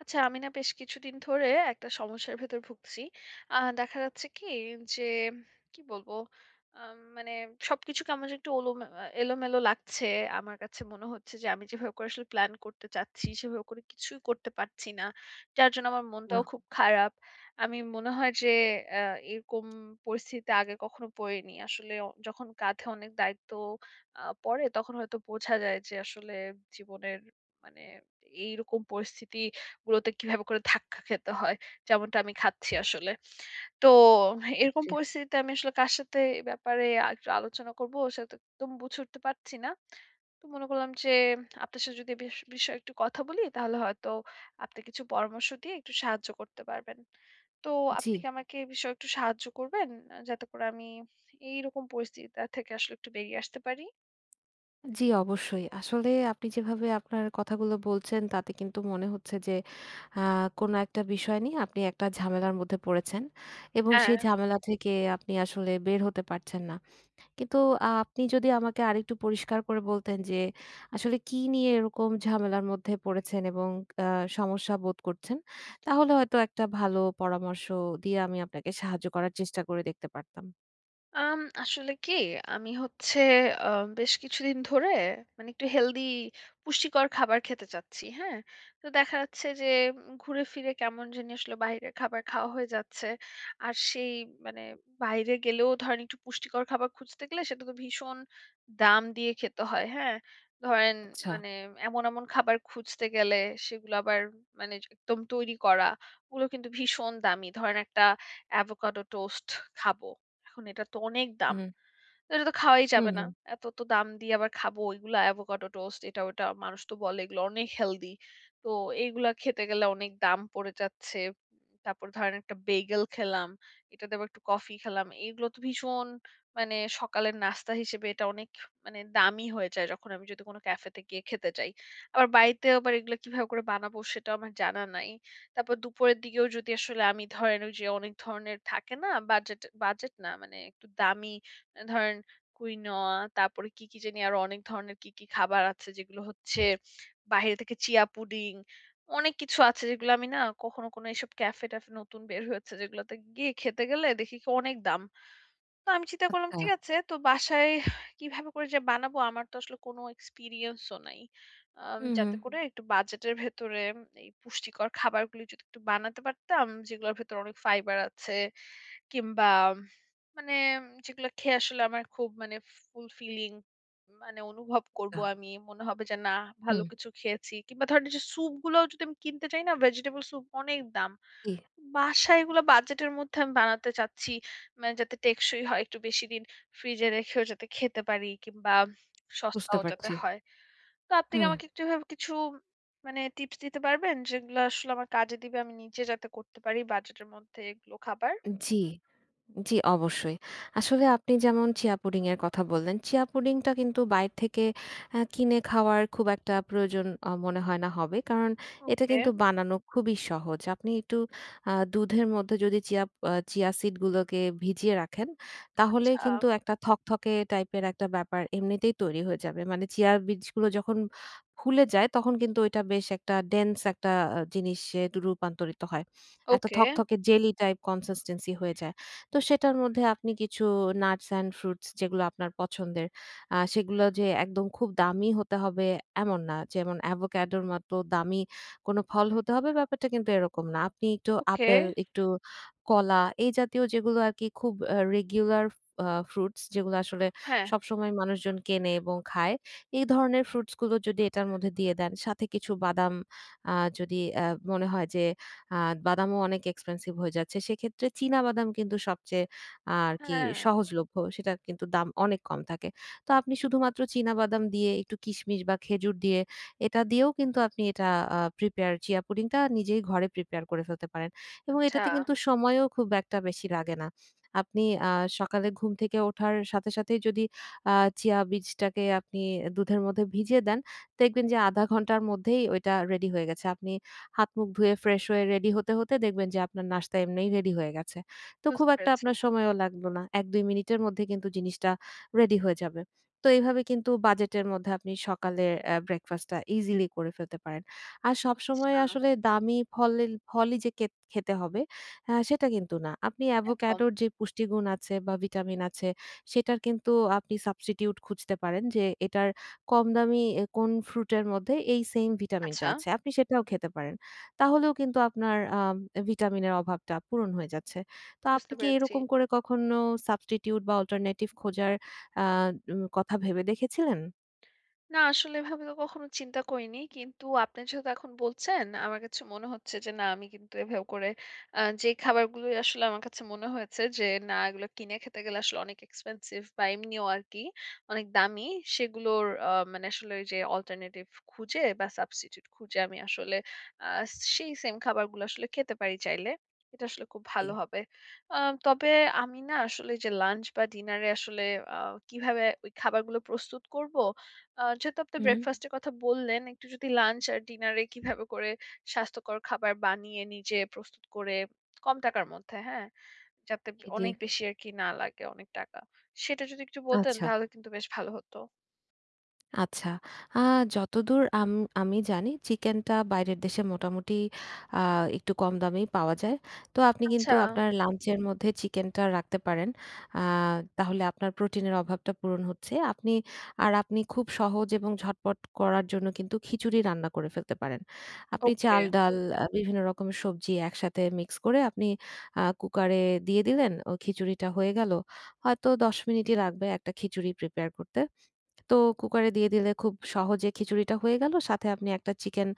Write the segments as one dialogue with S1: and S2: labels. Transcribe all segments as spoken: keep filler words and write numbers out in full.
S1: আচ্ছা আমি না বেশ কিছুদিন ধরে একটা সমস্যার ভেতর ভুগছি। আ দেখা যাচ্ছে কি যে, কি বলবো? আম মানে সবকিছু কেমন যেন একটু ওলোমে আ এলোমেলো লাগছে। আমার কাছে মনে হচ্ছে যে আমি যেভাবে করে আসলে প্ল্যান করতে চাচ্ছি, সেভাবে করে কিছুই করতে পারছি না। যার জন্য আমার
S2: আহ
S1: মনটাও খুব খারাপ। আমি মনে হয় যে আ এরকম পরিস্থিতিতে আগে কখনো পড়িনি। আসলে অ যখন কাঁধে অনেক দায়িত্ব আ পড়ে তখন হয়তো বোঝা যায় যে আসলে জীবনের মানে এইরকম পরিস্থিতি গুলোতে কিভাবে করে ধাক্কা খেতে হয়। যেমনটা আমি খাচ্ছি আসলে। তো এরকম
S2: জি।
S1: পরিস্থিতিতে আমি আসলে কার সাথে এ ব্যাপারে আ একটু আলোচনা করব সেটা তো একদম বুঝে উঠতে পারছি না। তো মনে করলাম যে আপনার সাথে যদি এ বিষ বিষয়ে একটু কথা বলি তাহলে হয়তো আপনি কিছু পরামর্শ দিয়ে একটু সাহায্য করতে পারবেন। তো
S2: জি,
S1: আপনি কি আমাকে এ বিষয়ে একটু সাহায্য করবেন? আ যাতে করে আমি এইরকম পরিস্থিতিটা থেকে আসলে একটু বেরিয়ে আসতে পারি?
S2: জি অবশ্যই। আসলে আপনি যেভাবে আপনার কথাগুলো বলছেন তাতে কিন্তু মনে হচ্ছে যে আ কোনো একটা বিষয় নিয়ে আপনি একটা ঝামেলার মধ্যে পড়েছেন এবং
S1: হ্যাঁ।
S2: সেই ঝামেলা থেকে আপনি আসলে বের হতে পারছেন না। কিন্তু আ আপনি যদি আমাকে আরেকটু পরিষ্কার করে বলতেন যে আসলে কি নিয়ে এরকম ঝামেলার মধ্যে পড়েছেন এবং আ সমস্যা বোধ করছেন, তাহলে হয়তো একটা ভালো পরামর্শ দিয়ে আমি আপনাকে সাহায্য করার চেষ্টা করে দেখতে পারতাম।
S1: আম আসলে কি আমি হচ্ছে আ বেশ কিছুদিন ধরে মানে একটু হেলদি পুষ্টিকর খাবার খেতে চাচ্ছি। হ্যাঁ? তো দেখা যাচ্ছে যে উম, ঘুরে ফিরে কেমন জানি আসলে বাইরের খাবার খাওয়া হয়ে যাচ্ছে। আর সেই মানে বাইরে গেলেও ধরেন একটু পুষ্টিকর খাবার খুঁজতে গেলে সেটা তো ভীষণ দাম দিয়ে খেতে হয়। হ্যাঁ? ধরেন
S2: আচ্ছা।
S1: মানে এমন, এমন খাবার খুঁজতে গেলে সেগুলো আবার মানে একদম তৈরি করা ওগুলো কিন্তু ভীষণ দামি। ধরেন একটা অ্যাভোকাডো টোস্ট খাবো। এখন এটার তো অনেক দাম।
S2: হুম,
S1: তো এটা তো খাওয়াই
S2: হুম,
S1: যাবে না।
S2: হুম।
S1: এত তো দাম দিয়ে আবার খাবো ওইগুলা অ্যাভোকাডো টোস্ট এটা ওটা মানুষ তো বলে এগুলো অনেক হেলদি। তো এইগুলা খেতে গেলে অনেক দাম পড়ে যাচ্ছে। তারপর ধরেন একটা বেগেল খেলাম, এটাতে আবার একটু কফি খেলাম। এগুলো তো ভীষণ মানে সকালের নাস্তা হিসেবে এটা অনেক মানে দামি হয়ে যায় যখন আমি যদি কোনো ক্যাফেতে গিয়ে খেতে যাই। আবার বাড়িতে আবার এগুলো কিভাবে করে বানাবো সেটাও আমার জানা নাই। তারপর দুপুরের দিকেও যদি আসলে আমি ধরেন ওই যে অনেক ধরনের থাকে না বাজেট, বাজেট না মানে একটু দামি ধরেন কুইনোয়া তারপরে কি, কি জানি আরো অনেক ধরনের কি, কি খাবার আছে যেগুলো হচ্ছে বাহিরে থেকে চিয়া পুডিং অনেক কিছু আছে যেগুলো আমি না কখনো কোনো এসব ক্যাফে-ট্যাফে নতুন বের হয়েছে যেগুলোতে গিয়ে খেতে গেলে দেখি কি অনেক দাম। তো আমি চিন্তা করলাম
S2: আচ্ছা।
S1: ঠিক আছে তো বাসায় কিভাবে করে যে বানাবো আমার তো আসলে কোনো এক্সপিরিয়েন্সও নাই। আম
S2: হুম, হুম।
S1: যাতে করে একটু বাজেটের ভেতরে এই পুষ্টিকর খাবারগুলি যদি একটু বানাতে পারতাম যেগুলোর ভেতরে অনেক ফাইবার আছে কিংবা মানে যেগুলো খেয়ে আসলে আমার খুব মানে ফুলফিলিং মানে অনুভব করব আমি মনে হবে যে না ভালো
S2: হুম,
S1: কিছু খেয়েছি কিংবা ধরেন যে স্যুপ গুলোও যদি আমি কিনতে চাই না ভেজিটেবল স্যুপ অনেক দাম
S2: জি,
S1: বাসায় এগুলো বাজেটের মধ্যে আমি বানাতে চাচ্ছি। মানে যাতে টেকসই হয়, একটু বেশি দিন ফ্রিজে রেখেও যাতে খেতে পারি কিংবা
S2: বুঝতে
S1: সস্তাও যাতে
S2: পারছি।
S1: হয়। তো আপনি কি
S2: হুম।
S1: আমাকে একটু এভাবে কিছু মানে টিপস দিতে পারবেন? যেগুলো আসলে আমার কাজে দিবে আমি নিজে যাতে করতে পারি বাজেটের মধ্যে এগুলো খাবার?
S2: জি। জি, অবশ্যই। আসলে আপনি যেমন চিয়া পুডিং এর কথা বললেন, চিয়া পুডিংটা কিন্তু বাইরে থেকে আ কিনে খাওয়ার খুব একটা প্রয়োজন আ মনে হয় না হবে। কারণ এটা
S1: ওকে,
S2: কিন্তু বানানো খুবই সহজ। আপনি একটু আ দুধের মধ্যে যদি চিয়া আ চিয়া সিড গুলোকে ভিজিয়ে রাখেন, তাহলেই
S1: আচ্ছা।
S2: কিন্তু একটা থকথকে টাইপের একটা ব্যাপার এমনিতেই তৈরি হয়ে যাবে। মানে চিয়া বীজগুলো যখন ফুলে যায়, তখন কিন্তু ওইটা বেশ একটা ডেন্স একটা আ জিনিসে রূপান্তরিত হয়। একটা
S1: ওকে,
S2: থকথকে জেলি টাইপ কনসিস্টেন্সি হয়ে যায়। তো সেটার মধ্যে আপনি কিছু নাটস অ্যান্ড ফ্রুটস যেগুলো আপনার পছন্দের, আ সেগুলো যে একদম খুব দামি হতে হবে এমন না। যেমন অ্যাভোকাডোর মতো দামি কোনো ফল হতে হবে ব্যাপারটা কিন্তু এরকম না। আপনি একটু
S1: ওকে।
S2: আপেল, একটু কলা এই জাতীয় যেগুলো আরকি খুব আ রেগুলার আ ফ্রুটস যেগুলো আসলে
S1: হ্যাঁ,
S2: সবসময় মানুষজন কেনে এবং খায়। এই ধরনের ফ্রুটস গুলো যদি এটার মধ্যে দিয়ে দেন, সাথে কিছু বাদাম আ যদি আ মনে হয় যে আ বাদামও অনেক এক্সপেনসিভ হয়ে যাচ্ছে। সেক্ষেত্রে চীনা বাদাম কিন্তু সবচেয়ে আরকি
S1: হ্যাঁ,
S2: সহজলভ্য। সেটার কিন্তু দাম অনেক কম থাকে। তো আপনি শুধুমাত্র চীনা বাদাম দিয়ে একটু কিশমিশ বা খেজুর দিয়ে এটা দিয়েও কিন্তু আপনি এটা আ প্রিপেয়ার চিয়া পুডিংটা নিজেই ঘরে প্রিপেয়ার করে ফেলতে পারেন। এবং
S1: আচ্ছা
S2: এটাতে কিন্তু সময়ও খুব একটা বেশি লাগে না। আপনি আ সকালে ঘুম থেকে ওঠার সাথে সাথেই যদি আ চিয়া বীজটাকে আপনি দুধের মধ্যে ভিজিয়ে দেন, দেখবেন যে আধা ঘন্টার মধ্যেই ওইটা রেডি হয়ে গেছে। আপনি হাত-মুখ ধুয়ে ফ্রেশ হয়ে রেডি হতে, হতে দেখবেন যে আপনার নাস্তা এমনিই রেডি হয়ে গেছে। তো খুব
S1: বুঝতে
S2: একটা
S1: পেরেছি।
S2: আপনার সময়ও লাগলো না। এক দুই মিনিটের মধ্যে কিন্তু জিনিসটা রেডি হয়ে যাবে। তো এইভাবে কিন্তু বাজেটের মধ্যে আপনি সকালের অ্যা ব্রেকফাস্টটা ইজিলি করে ফেলতে পারেন। আর
S1: আচ্ছা,
S2: সবসময় আসলে দামি ফলেল ফলই যে কে খেতে হবে আ সেটা কিন্তু না। আপনি
S1: একদম।
S2: অ্যাভোক্যাডোর যে পুষ্টিগুণ আছে বা ভিটামিন আছে সেটার কিন্তু আপনি সাবস্টিটিউট খুঁজতে পারেন যে এটার কম দামি এ কোন ফ্রুটের মধ্যে এই সেইম ভিটামিনটা
S1: আচ্ছা,
S2: আছে। আপনি সেটাও খেতে পারেন। তাহলেও কিন্তু আপনার আম ভিটামিনের অভাবটা পূরণ হয়ে যাচ্ছে। তো আপনি
S1: বুঝতে
S2: কি
S1: পেরেছি।
S2: এরকম করে কখনো সাবস্টিটিউট বা অল্টারনেটিভ খোঁজার আ উম কথা ভেবে দেখেছিলেন?
S1: না, আসলে এভাবে তো কখনো চিন্তা করিনি। কিন্তু আপনি যেহেতু এখন বলছেন, আমার কাছে মনে হচ্ছে যে না আমি কিন্তু এভাবে করে আ যে খাবারগুলো আসলে আমার কাছে মনে হয়েছে যে না এগুলো কিনে খেতে গেলে আসলে অনেক এক্সপেনসিভ বা এমনিও আরকি অনেক দামি। সেগুলোর আ মানে আসলে ওই যে অল্টারনেটিভ খুঁজে বা সাবস্টিটিউট খুঁজে আমি আসলে আ সেই সেম খাবারগুলো আসলে খেতে পারি চাইলে। এটা আসলে খুব
S2: জি।
S1: ভালো হবে। আ তবে আমি না আসলে যে লাঞ্চ বা ডিনারে আসলে আ কিভাবে ওই খাবারগুলো প্রস্তুত করব আ যেহেতু আপনি
S2: হুম,
S1: ব্রেকফাস্ট এর কথা বললেন, একটু যদি লাঞ্চ আর ডিনারে কিভাবে করে স্বাস্থ্যকর খাবার বানিয়ে নিজে প্রস্তুত করে কম টাকার মধ্যে, হ্যাঁ? যাতে
S2: জি, জি।
S1: অনেক বেশি আরকি না লাগে অনেক টাকা। সেটা যদি একটু বলতেন
S2: আচ্ছা।
S1: তাহলে কিন্তু বেশ ভালো হতো।
S2: আচ্ছা। আ যতদূর আম আমি জানি চিকেনটা বাইরের দেশে মোটামুটি আ একটু কম দামেই পাওয়া যায়। তো আপনি কিন্তু
S1: আচ্ছা,
S2: আপনার লাঞ্চের মধ্যে চিকেনটা রাখতে পারেন। আ তাহলে আপনার প্রোটিনের অভাবটা পূরণ হচ্ছে। আপনি আর আপনি খুব সহজ এবং ঝটপট করার জন্য কিন্তু খিচুড়ি রান্না করে ফেলতে পারেন। আপনি
S1: ওকে,
S2: চাল, ডাল, আ বিভিন্ন রকমের সবজি একসাথে মিক্স করে আপনি আ কুকারে দিয়ে দিলেন। ও খিচুড়িটা হয়ে গেল। হয়তো দশ মিনিটই লাগবে একটা খিচুড়ি প্রিপেয়ার করতে। তো কুকারে দিয়ে দিলে খুব সহজে খিচুড়িটা হয়ে গেল। সাথে আপনি একটা চিকেন,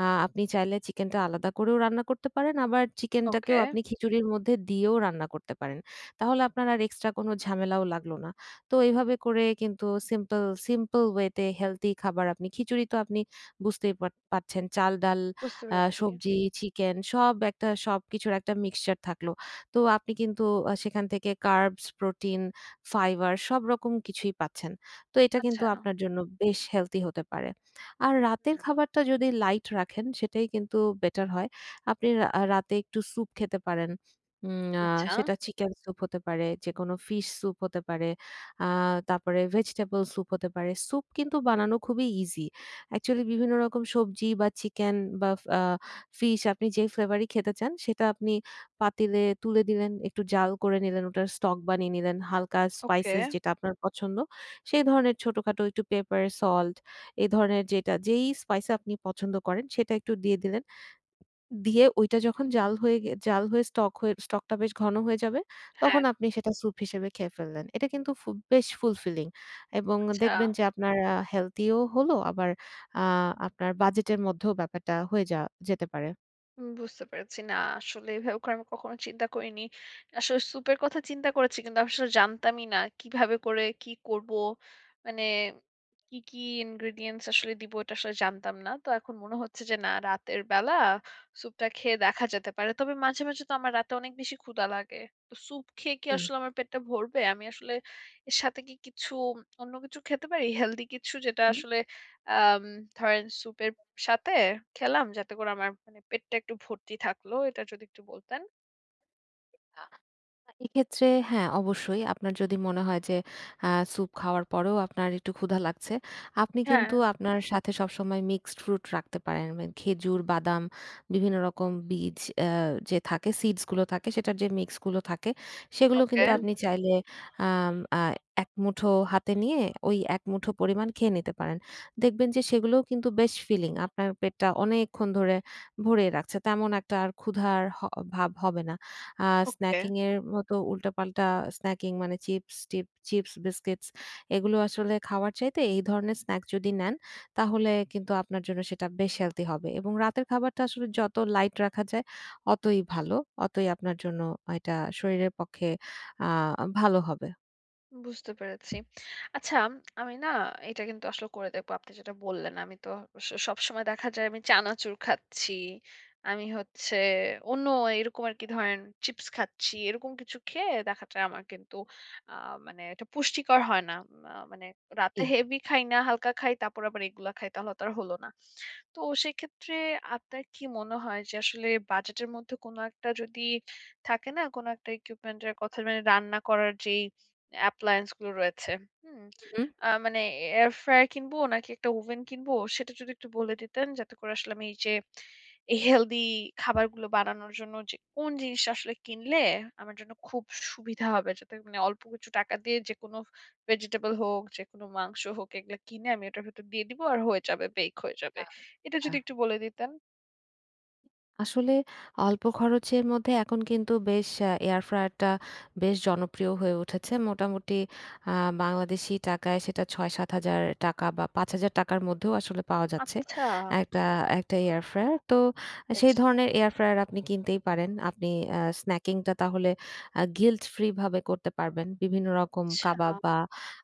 S2: আ আপনি চাইলে চিকেনটা আলাদা করেও রান্না করতে পারেন। আবার চিকেনটাকেও
S1: ওকে
S2: আপনি খিচুড়ির মধ্যে দিয়েও রান্না করতে পারেন। তাহলে আপনার আর এক্সট্রা কোনো ঝামেলাও লাগলো না। তো এইভাবে করে কিন্তু সিম্পল, সিম্পল ওয়েতে হেলথি খাবার আপনি খিচুড়ি তো আপনি বুঝতেই পার পারছেন। চাল, ডাল,
S1: বুঝতে
S2: আ
S1: পেরেছি।
S2: সবজি, চিকেন সব একটা সবকিছুর একটা মিক্সচার থাকলো। তো আপনি কিন্তু আ সেখান থেকে কার্বস, প্রোটিন, ফাইবার সব রকম কিছুই পাচ্ছেন। তো এটা
S1: আচ্ছা,
S2: কিন্তু আপনার জন্য বেশ হেলথি হতে পারে। আর রাতের
S1: হুম,
S2: খাবারটা যদি লাইট রাখেন সেটাই কিন্তু বেটার হয়। আপনি রা রাতে একটু স্যুপ খেতে পারেন। উম আ
S1: আচ্ছা,
S2: সেটা চিকেন স্যুপ হতে পারে, যেকোনো ফিশ স্যুপ হতে পারে, আ তারপরে ভেজিটেবল স্যুপ হতে পারে। স্যুপ কিন্তু বানানো খুবই ইজি। অ্যাকচুয়ালি বিভিন্ন রকম সবজি বা চিকেন বা ফ আ ফিশ আপনি যে ফ্লেভারই খেতে চান সেটা আপনি পাতিলে তুলে দিলেন, একটু জাল করে নিলেন, ওটার স্টক বানিয়ে নিলেন, হালকা
S1: ওকে,
S2: স্পাইসেস যেটা আপনার পছন্দ সেই ধরনের ছোটখাটো একটু পেপার, সল্ট এই ধরনের যেটা যেই স্পাইস আপনি পছন্দ করেন সেটা একটু দিয়ে দিলেন। দিয়ে ওইটা যখন জাল হয়ে গে জাল হয়ে স্টক হয়ে স্টকটা বেশ ঘন হয়ে যাবে, তখন
S1: হ্যাঁ,
S2: আপনি সেটা স্যুপ হিসেবে খেয়ে ফেললেন। এটা কিন্তু ফু বেশ ফুলফিলিং এবং
S1: আচ্ছা।
S2: দেখবেন যে আপনার আ হেলথি ও হলো আবার আ আপনার বাজেটের মধ্যেও ব্যাপারটা হয়ে যা যেতে পারে।
S1: উম বুঝতে পেরেছি। না, আসলে এভাবে করে আমি কখনো চিন্তা করিনি। আসলে স্যুপের কথা চিন্তা করেছি কিন্তু আসলে জানতামই না কিভাবে করে কি করব? মানে কি, কি ingredients আসলে দিব এটা আসলে জানতাম না। তো এখন মনে হচ্ছে যে না রাতের বেলা স্যুপটা খেয়ে দেখা যেতে পারে। তবে মাঝে, মাঝে তো আমার রাতে অনেক বেশি ক্ষুধা লাগে। তো স্যুপ খেয়ে কি
S2: জি।
S1: আসলে আমার পেটটা ভরবে? আমি আসলে এর সাথে কি কিছু অন্য কিছু খেতে পারি? হেলদি কিছু যেটা
S2: হুম।
S1: আসলে আম ধরেন স্যুপের সাথে খেলাম যাতে করে আমার মানে পেটটা একটু ভর্তি থাকলো। এটা যদি একটু বলতেন?
S2: এক্ষেত্রে হ্যাঁ, অবশ্যই আপনার যদি মনে হয় যে আ স্যুপ খাওয়ার পরেও আপনার একটু ক্ষুধা লাগছে, আপনি
S1: হ্যাঁ,
S2: কিন্তু আপনার সাথে সবসময় মিক্সড ফ্রুট রাখতে পারেন। মানে খেজুর, বাদাম, বিভিন্ন রকম বীজ, আ যে থাকে সিডস গুলো থাকে সেটার যে মিক্স গুলো থাকে সেগুলো
S1: ওকে,
S2: কিন্তু
S1: বলুন।
S2: আপনি চাইলে আম আ এক মুঠো হাতে নিয়ে ওই এক মুঠো পরিমাণ খেয়ে নিতে পারেন। দেখবেন যে সেগুলোও কিন্তু বেশ ফিলিং। আপনার পেটটা অনেকক্ষণ ধরে ভরে রাখছে। তেমন একটা আর ক্ষুধার হ ভাব হবে না। আ
S1: ওকে।
S2: স্ন্যাকিং এর মতো উল্টাপাল্টা স্ন্যাকিং মানে চিপস টিপ চিপস, বিস্কিটস এগুলো আসলে খাওয়ার চাইতে এই ধরনের স্ন্যাক যদি নেন, তাহলে কিন্তু আপনার জন্য সেটা বেশ হেলথি হবে এবং রাতের খাবারটা আসলে যত লাইট রাখা যায় অতই ভালো। অতই আপনার জন্য এটা শরীরের পক্ষে আ ভালো হবে।
S1: বুঝতে পেরেছি। আচ্ছা, আমি না এটা কিন্তু আসলে করে দেখব। আপনি যেটা বললেন, আমি তো স সবসময় দেখা যায় আমি চানাচুর খাচ্ছি। আমি হচ্ছে অন্য এরকম আরকি ধরেন চিপস খাচ্ছি। এরকম কিছু খেয়ে দেখা যায় আমার কিন্তু আ মানে এটা পুষ্টিকর হয় না। আ মানে
S2: জি।
S1: রাতে হেভি খাই না, হালকা খাই। তারপর আবার এগুলা খাই। তাহলে তো আর হলো না। তো সেক্ষেত্রে আপনার কি মনে হয় যে আসলে বাজেটের মধ্যে কোনো একটা যদি থাকে না, কোনো একটা ইকুইপমেন্ট এর কথা মানে রান্না করার যেই অ্যাপ্লায়েন্স গুলো রয়েছে। হুম?
S2: হুম।
S1: আ মানে এয়ার ফ্রায়ার কিনবো নাকি একটা ওভেন কিনবো সেটা যদি একটু বলে দিতেন যাতে করে আসলে আমি এই যে এই হেলদি খাবারগুলো বানানোর জন্য যে কোন জিনিসটা আসলে কিনলে আমার জন্য খুব সুবিধা হবে যাতে মানে অল্প কিছু টাকা দিয়ে যেকোনো ভেজিটেবল হোক, যেকোনো মাংস হোক এগুলা কিনে আমি ওটার ভেতর দিয়ে দিবো আর হয়ে যাবে, বেক হয়ে যাবে। এটা
S2: আচ্ছা।
S1: যদি একটু বলে দিতেন।
S2: আসলে অল্প খরচের মধ্যে এখন কিন্তু বেশ আ এয়ার ফ্রায়ারটা বেশ জনপ্রিয় হয়ে উঠেছে। মোটামুটি আ বাংলাদেশী টাকায় সেটা ৳ছয় হাজার-সাত হাজার বা ৳পাঁচ হাজার র মধ্যেও আসলে পাওয়া যাচ্ছে।
S1: আচ্ছা,
S2: একটা একটা এয়ার ফ্রায়ার। তো
S1: বেশ
S2: সেই ধরনের এয়ার ফ্রায়ার আপনি কিনতেই পারেন। আপনি আ স্ন্যাকিংটা তাহলে আ guilt free ভাবে করতে পারবেন। বিভিন্ন রকম
S1: আচ্ছা,
S2: কাবাব বা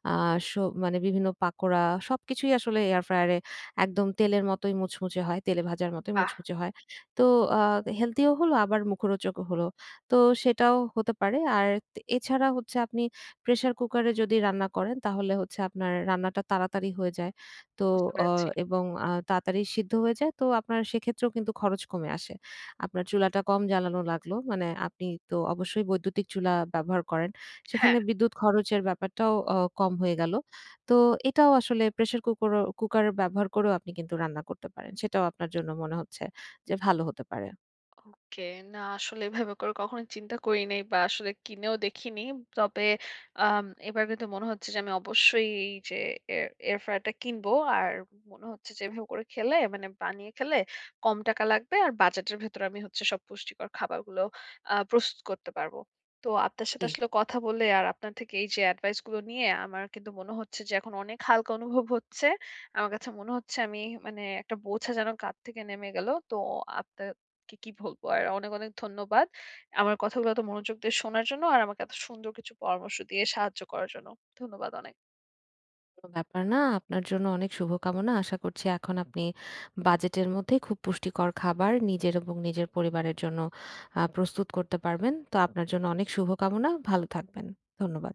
S2: আ সো মানে বিভিন্ন পাকোড়া সবকিছুই আসলে এয়ার ফ্রায়ারে একদম তেলের মতোই মুচমুচে হয়, তেলে ভাজার মতোই
S1: বাহ!
S2: মুচমুচে হয়। তো আ হেলথিও হলো আবার মুখরোচকও হলো। তো সেটাও হতে পারে। আর তে এছাড়া হচ্ছে আপনি প্রেশার কুকারে যদি রান্না করেন তাহলে হচ্ছে আপনার রান্নাটা তাড়াতাড়ি হয়ে যায়। তো
S1: বুঝতে
S2: অ
S1: পেরেছি।
S2: এবং আ তাড়াতাড়ি সিদ্ধ হয়ে যায়। তো আপনার সেক্ষেত্রেও কিন্তু খরচ কমে আসে। আপনার চুলাটা কম জ্বালানো লাগলো। মানে আপনি তো অবশ্যই বৈদ্যুতিক চুলা ব্যবহার করেন।
S1: হ্যাঁ।
S2: সেখানে বিদ্যুৎ খরচের ব্যাপারটাও অ কম হয়ে গেল। তো এটাও আসলে প্রেশার কুকরও কুকার ব্যবহার করেও আপনি কিন্তু রান্না করতে পারেন। সেটাও আপনার জন্য মনে হচ্ছে যে ভালো হতে পারে।
S1: ওকে। না আসলে এভাবে করে কখনো চিন্তা করি নাই বা আসলে কিনেও দেখিনি। তবে আম এবার কিন্তু মনে হচ্ছে যে আমি অবশ্যই এই যে এয়ার এয়ার ফ্রায়ারটা কিনবো। আর মনে হচ্ছে যে এভাবে করে খেলে মানে বানিয়ে খেলে কম টাকা লাগবে আর বাজেটের ভেতরে আমি হচ্ছে সব পুষ্টিকর খাবারগুলো আ প্রস্তুত করতে পারবো। তো আপনার সাথে
S2: জি,
S1: আসলে কথা বলে আর আপনার থেকে এই যে এডভাইস গুলো নিয়ে আমার কিন্তু মনে হচ্ছে যে এখন অনেক হালকা অনুভব হচ্ছে। আমার কাছে মনে হচ্ছে আমি মানে একটা বোঝা যেন কাঁধ থেকে নেমে গেল। তো আপনার কে কি বলবো? আর অনেক, অনেক ধন্যবাদ। আমার কথাগুলো এত মনোযোগ দিয়ে শোনার জন্য আর আমাকে এত সুন্দর কিছু পরামর্শ দিয়ে সাহায্য করার জন্য। ধন্যবাদ অনেক।
S2: কোনো ব্যাপার না। আপনার জন্য অনেক শুভকামনা। আশা করছি এখন আপনি বাজেটের মধ্যে খুব পুষ্টিকর খাবার নিজের এবং নিজের পরিবারের জন্য আ প্রস্তুত করতে পারবেন। তো আপনার জন্য অনেক শুভকামনা। ভালো থাকবেন। ধন্যবাদ।